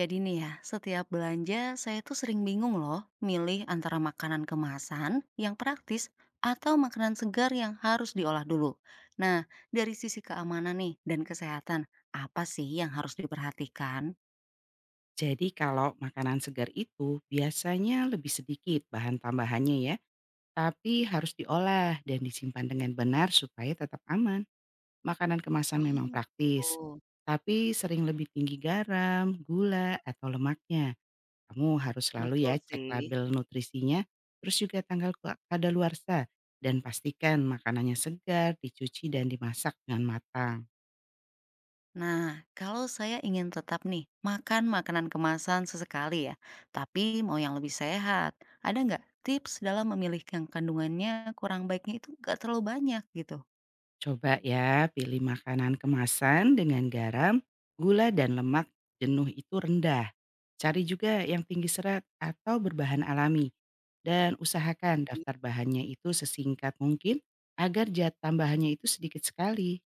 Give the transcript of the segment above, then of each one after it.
Jadi nih ya, setiap belanja saya tuh sering bingung loh milih antara makanan kemasan yang praktis atau makanan segar yang harus diolah dulu. Nah, dari sisi keamanan nih dan kesehatan, apa sih yang harus diperhatikan? Jadi kalau makanan segar itu biasanya lebih sedikit bahan tambahannya ya, tapi harus diolah dan disimpan dengan benar supaya tetap aman. Makanan kemasan memang Oh gitu, praktis, tapi sering lebih tinggi garam, gula, atau lemaknya. Kamu harus selalu betul ya cek sih. label nutrisinya, terus juga tanggal kadaluarsa, dan pastikan makanannya segar, dicuci, dan dimasak dengan matang. Nah, kalau saya ingin tetap nih makan makanan kemasan sesekali ya, tapi mau yang lebih sehat, ada nggak tips dalam memilih yang kandungannya kurang baiknya itu nggak terlalu banyak gitu? Coba ya, pilih makanan kemasan dengan garam, gula dan lemak jenuh itu rendah. Cari juga yang tinggi serat atau berbahan alami. Dan usahakan daftar bahannya itu sesingkat mungkin agar zat tambahannya itu sedikit sekali.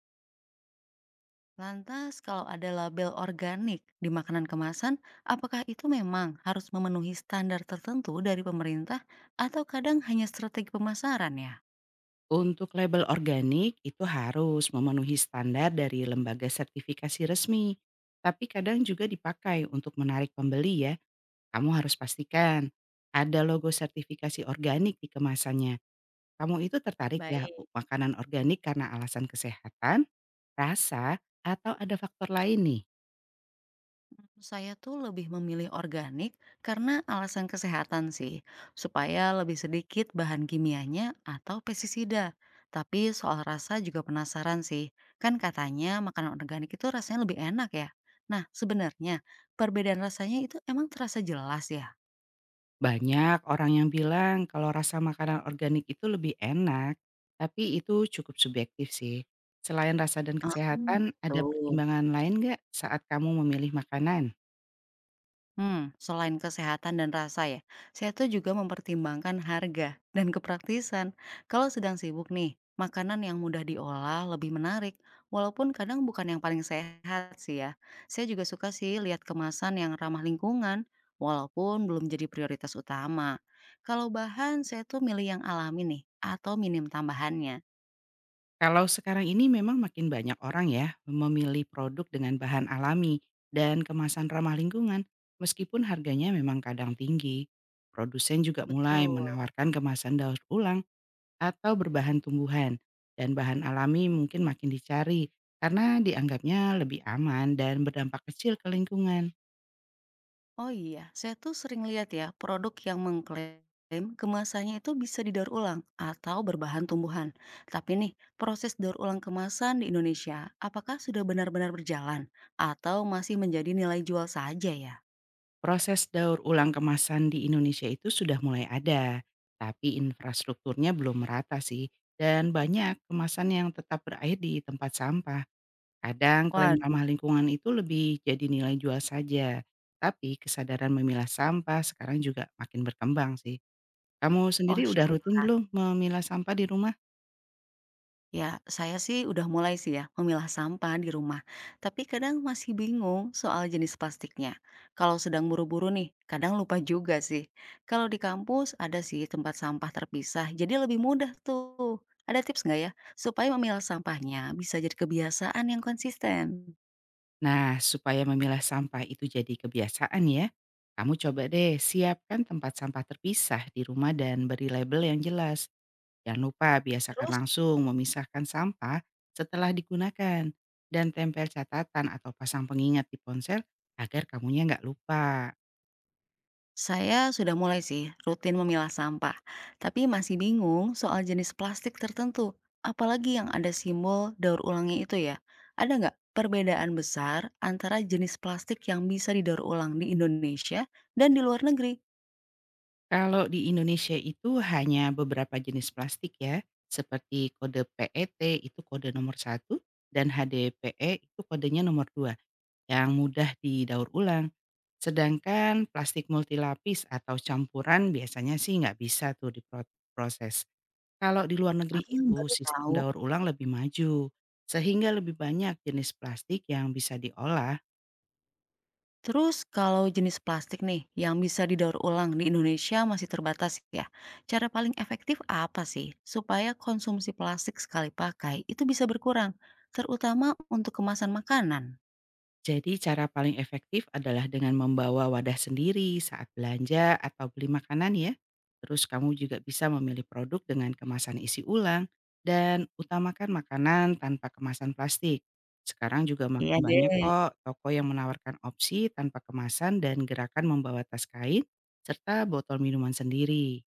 Lantas, kalau ada label organik di makanan kemasan, apakah itu memang harus memenuhi standar tertentu dari pemerintah atau kadang hanya strategi pemasaran ya? Untuk label organik itu harus memenuhi standar dari lembaga sertifikasi resmi. Tapi kadang juga dipakai untuk menarik pembeli ya. Kamu harus pastikan ada logo sertifikasi organik di kemasannya. Kamu itu tertarik ya Baik. makanan organik karena alasan kesehatan, rasa, atau ada faktor lain nih? Saya tuh lebih memilih organik karena alasan kesehatan sih, supaya lebih sedikit bahan kimianya atau pestisida. Tapi soal rasa juga penasaran sih, kan katanya makanan organik itu rasanya lebih enak ya. Nah, sebenarnya perbedaan rasanya itu emang terasa jelas ya? Banyak orang yang bilang kalau rasa makanan organik itu lebih enak, tapi itu cukup subjektif sih. Selain rasa dan Ah, kesehatan, gitu. ada pertimbangan lain nggak saat kamu memilih makanan? Hmm, selain kesehatan dan rasa ya, saya tuh juga mempertimbangkan harga dan kepraktisan. Kalau sedang sibuk nih, makanan yang mudah diolah lebih menarik, walaupun kadang bukan yang paling sehat sih ya. Saya juga suka sih lihat kemasan yang ramah lingkungan, walaupun belum jadi prioritas utama. Kalau bahan, saya tuh milih yang alami nih, atau minim tambahannya. Kalau sekarang ini memang makin banyak orang ya memilih produk dengan bahan alami dan kemasan ramah lingkungan, meskipun harganya memang kadang tinggi. Produsen juga mulai Betul. menawarkan kemasan daur ulang atau berbahan tumbuhan, dan bahan alami mungkin makin dicari karena dianggapnya lebih aman dan berdampak kecil ke lingkungan. Oh iya, saya tuh sering lihat ya produk yang mengklaim kemasannya itu bisa didaur ulang atau berbahan tumbuhan. Tapi nih, proses daur ulang kemasan di Indonesia, apakah sudah benar-benar berjalan atau masih menjadi nilai jual saja ya? Proses daur ulang kemasan di Indonesia itu sudah mulai ada, tapi infrastrukturnya belum merata sih, dan banyak kemasan yang tetap berakhir di tempat sampah. Kadang klaim ramah Waduh, lingkungan itu lebih jadi nilai jual saja, tapi kesadaran memilah sampah sekarang juga makin berkembang sih. Kamu oh sendiri udah syukur. rutin belum memilah sampah di rumah? Ya, saya sih udah mulai sih ya memilah sampah di rumah, tapi kadang masih bingung soal jenis plastiknya. Kalau sedang buru-buru nih, kadang lupa juga sih. Kalau di kampus ada sih tempat sampah terpisah, jadi lebih mudah tuh. Ada tips nggak ya supaya memilah sampahnya bisa jadi kebiasaan yang konsisten? Nah, supaya memilah sampah itu jadi kebiasaan ya, kamu coba deh siapkan tempat sampah terpisah di rumah dan beri label yang jelas. Jangan lupa biasakan Terus. langsung memisahkan sampah setelah digunakan dan tempel catatan atau pasang pengingat di ponsel agar kamunya nggak lupa. Saya sudah mulai sih rutin memilah sampah, tapi masih bingung soal jenis plastik tertentu, apalagi yang ada simbol daur ulangnya itu ya. Ada nggak perbedaan besar antara jenis plastik yang bisa didaur ulang di Indonesia dan di luar negeri? Kalau di Indonesia itu hanya beberapa jenis plastik ya, seperti kode PET itu kode nomor satu dan HDPE itu kodenya nomor dua yang mudah didaur ulang. Sedangkan plastik multilapis atau campuran biasanya sih nggak bisa tuh diproses. Kalau di luar Ah, negeri itu baru sistem tahu. daur ulang lebih maju, sehingga lebih banyak jenis plastik yang bisa diolah. Terus kalau jenis plastik nih yang bisa didaur ulang di Indonesia masih terbatas ya. Cara paling efektif apa sih supaya konsumsi plastik sekali pakai itu bisa berkurang, terutama untuk kemasan makanan? Jadi cara paling efektif adalah dengan membawa wadah sendiri saat belanja atau beli makanan ya. Terus kamu juga bisa memilih produk dengan kemasan isi ulang dan utamakan makanan tanpa kemasan plastik. Sekarang juga Iya makin banyak deh. kok toko yang menawarkan opsi tanpa kemasan dan gerakan membawa tas kain serta botol minuman sendiri.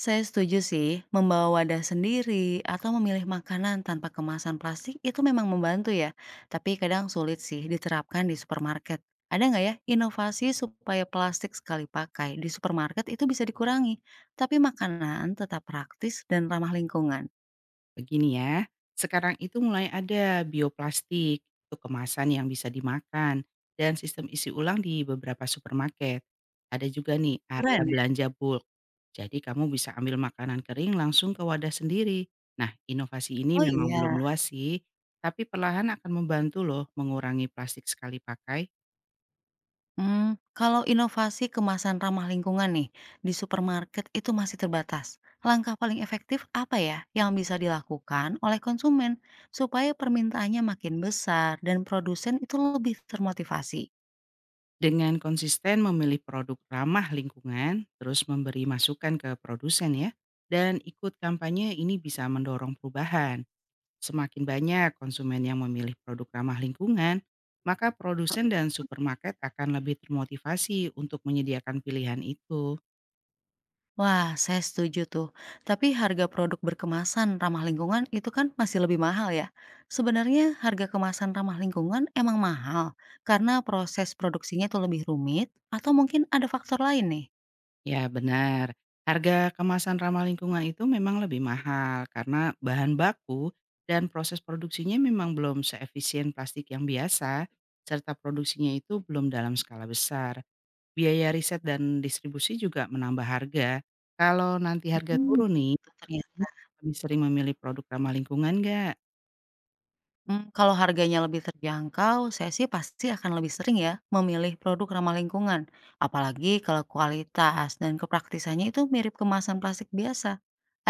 Saya setuju sih, membawa wadah sendiri atau memilih makanan tanpa kemasan plastik itu memang membantu ya. Tapi kadang sulit sih diterapkan di supermarket. Ada nggak ya inovasi supaya plastik sekali pakai di supermarket itu bisa dikurangi, tapi makanan tetap praktis dan ramah lingkungan? Begini ya, sekarang itu mulai ada bioplastik, itu kemasan yang bisa dimakan, dan sistem isi ulang di beberapa supermarket. Ada juga nih area Keren ya? belanja bulk, jadi kamu bisa ambil makanan kering langsung ke wadah sendiri. Nah, inovasi ini Oh memang belum iya. luas sih, tapi perlahan akan membantu loh mengurangi plastik sekali pakai. Mmm, kalau inovasi kemasan ramah lingkungan nih, di supermarket itu masih terbatas. Langkah paling efektif apa ya yang bisa dilakukan oleh konsumen supaya permintaannya makin besar dan produsen itu lebih termotivasi? Dengan konsisten memilih produk ramah lingkungan, terus memberi masukan ke produsen ya, dan ikut kampanye ini bisa mendorong perubahan. Semakin banyak konsumen yang memilih produk ramah lingkungan, maka produsen dan supermarket akan lebih termotivasi untuk menyediakan pilihan itu. Wah, saya setuju tuh. Tapi harga produk berkemasan ramah lingkungan itu kan masih lebih mahal ya. Sebenarnya harga kemasan ramah lingkungan emang mahal karena proses produksinya itu lebih rumit atau mungkin ada faktor lain nih? Ya benar, harga kemasan ramah lingkungan itu memang lebih mahal karena bahan baku dan proses produksinya memang belum seefisien plastik yang biasa, serta produksinya itu belum dalam skala besar. Biaya riset dan distribusi juga menambah harga. Kalau nanti harga Mmm. turun nih, Gitu ternyata. lebih sering memilih produk ramah lingkungan nggak? Mmm, kalau harganya lebih terjangkau, saya sih pasti akan lebih sering ya memilih produk ramah lingkungan, apalagi kalau kualitas dan kepraktisannya itu mirip kemasan plastik biasa.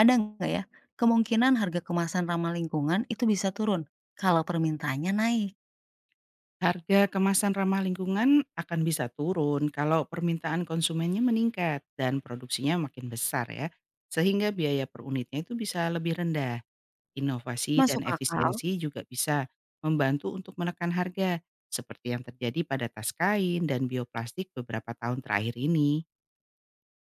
Ada nggak ya kemungkinan harga kemasan ramah lingkungan itu bisa turun kalau permintaannya naik? Harga kemasan ramah lingkungan akan bisa turun kalau permintaan konsumennya meningkat dan produksinya makin besar ya. Sehingga biaya per unitnya itu bisa lebih rendah. Inovasi Masuk dan akal? efisiensi juga bisa membantu untuk menekan harga seperti yang terjadi pada tas kain dan bioplastik beberapa tahun terakhir ini.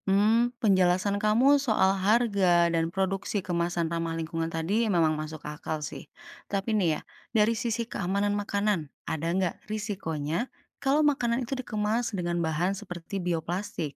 Hmm, penjelasan kamu soal harga dan produksi kemasan ramah lingkungan tadi memang masuk akal sih. Tapi nih ya, dari sisi keamanan makanan, ada nggak risikonya kalau makanan itu dikemas dengan bahan seperti bioplastik?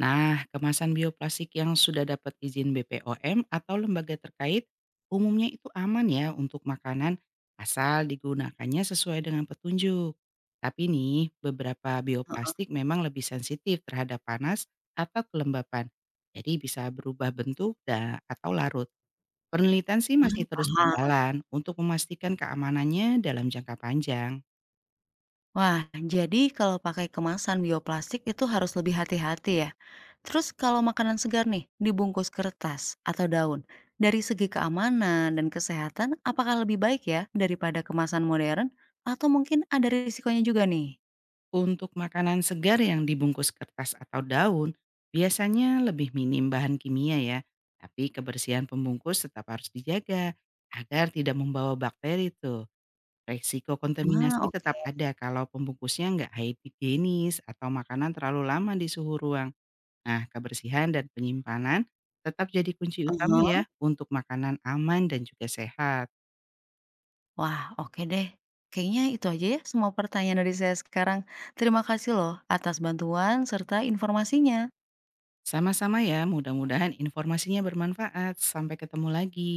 Nah, kemasan bioplastik yang sudah dapat izin BPOM atau lembaga terkait umumnya itu aman ya untuk makanan asal digunakannya sesuai dengan petunjuk. Tapi nih, beberapa bioplastik memang lebih sensitif terhadap panas atau kelembapan. Jadi bisa berubah bentuk dan atau larut. Penelitian sih masih terus Heeh. berjalan untuk memastikan keamanannya dalam jangka panjang. Wah, jadi kalau pakai kemasan bioplastik itu harus lebih hati-hati ya. Terus kalau makanan segar nih, dibungkus kertas atau daun, dari segi keamanan dan kesehatan, apakah lebih baik ya daripada kemasan modern? Atau mungkin ada risikonya juga nih? Untuk makanan segar yang dibungkus kertas atau daun, biasanya lebih minim bahan kimia ya. Tapi kebersihan pembungkus tetap harus dijaga agar tidak membawa bakteri tuh. Resiko Ah, kontaminasi tetap oke. ada kalau pembungkusnya nggak higienis atau makanan terlalu lama di suhu ruang. Nah, kebersihan dan penyimpanan tetap jadi kunci utama Aha. ya untuk makanan aman dan juga sehat. Wah, oke deh. Kayaknya itu aja ya semua pertanyaan dari saya sekarang. Terima kasih loh atas bantuan serta informasinya. Sama-sama ya, mudah-mudahan informasinya bermanfaat. Sampai ketemu lagi.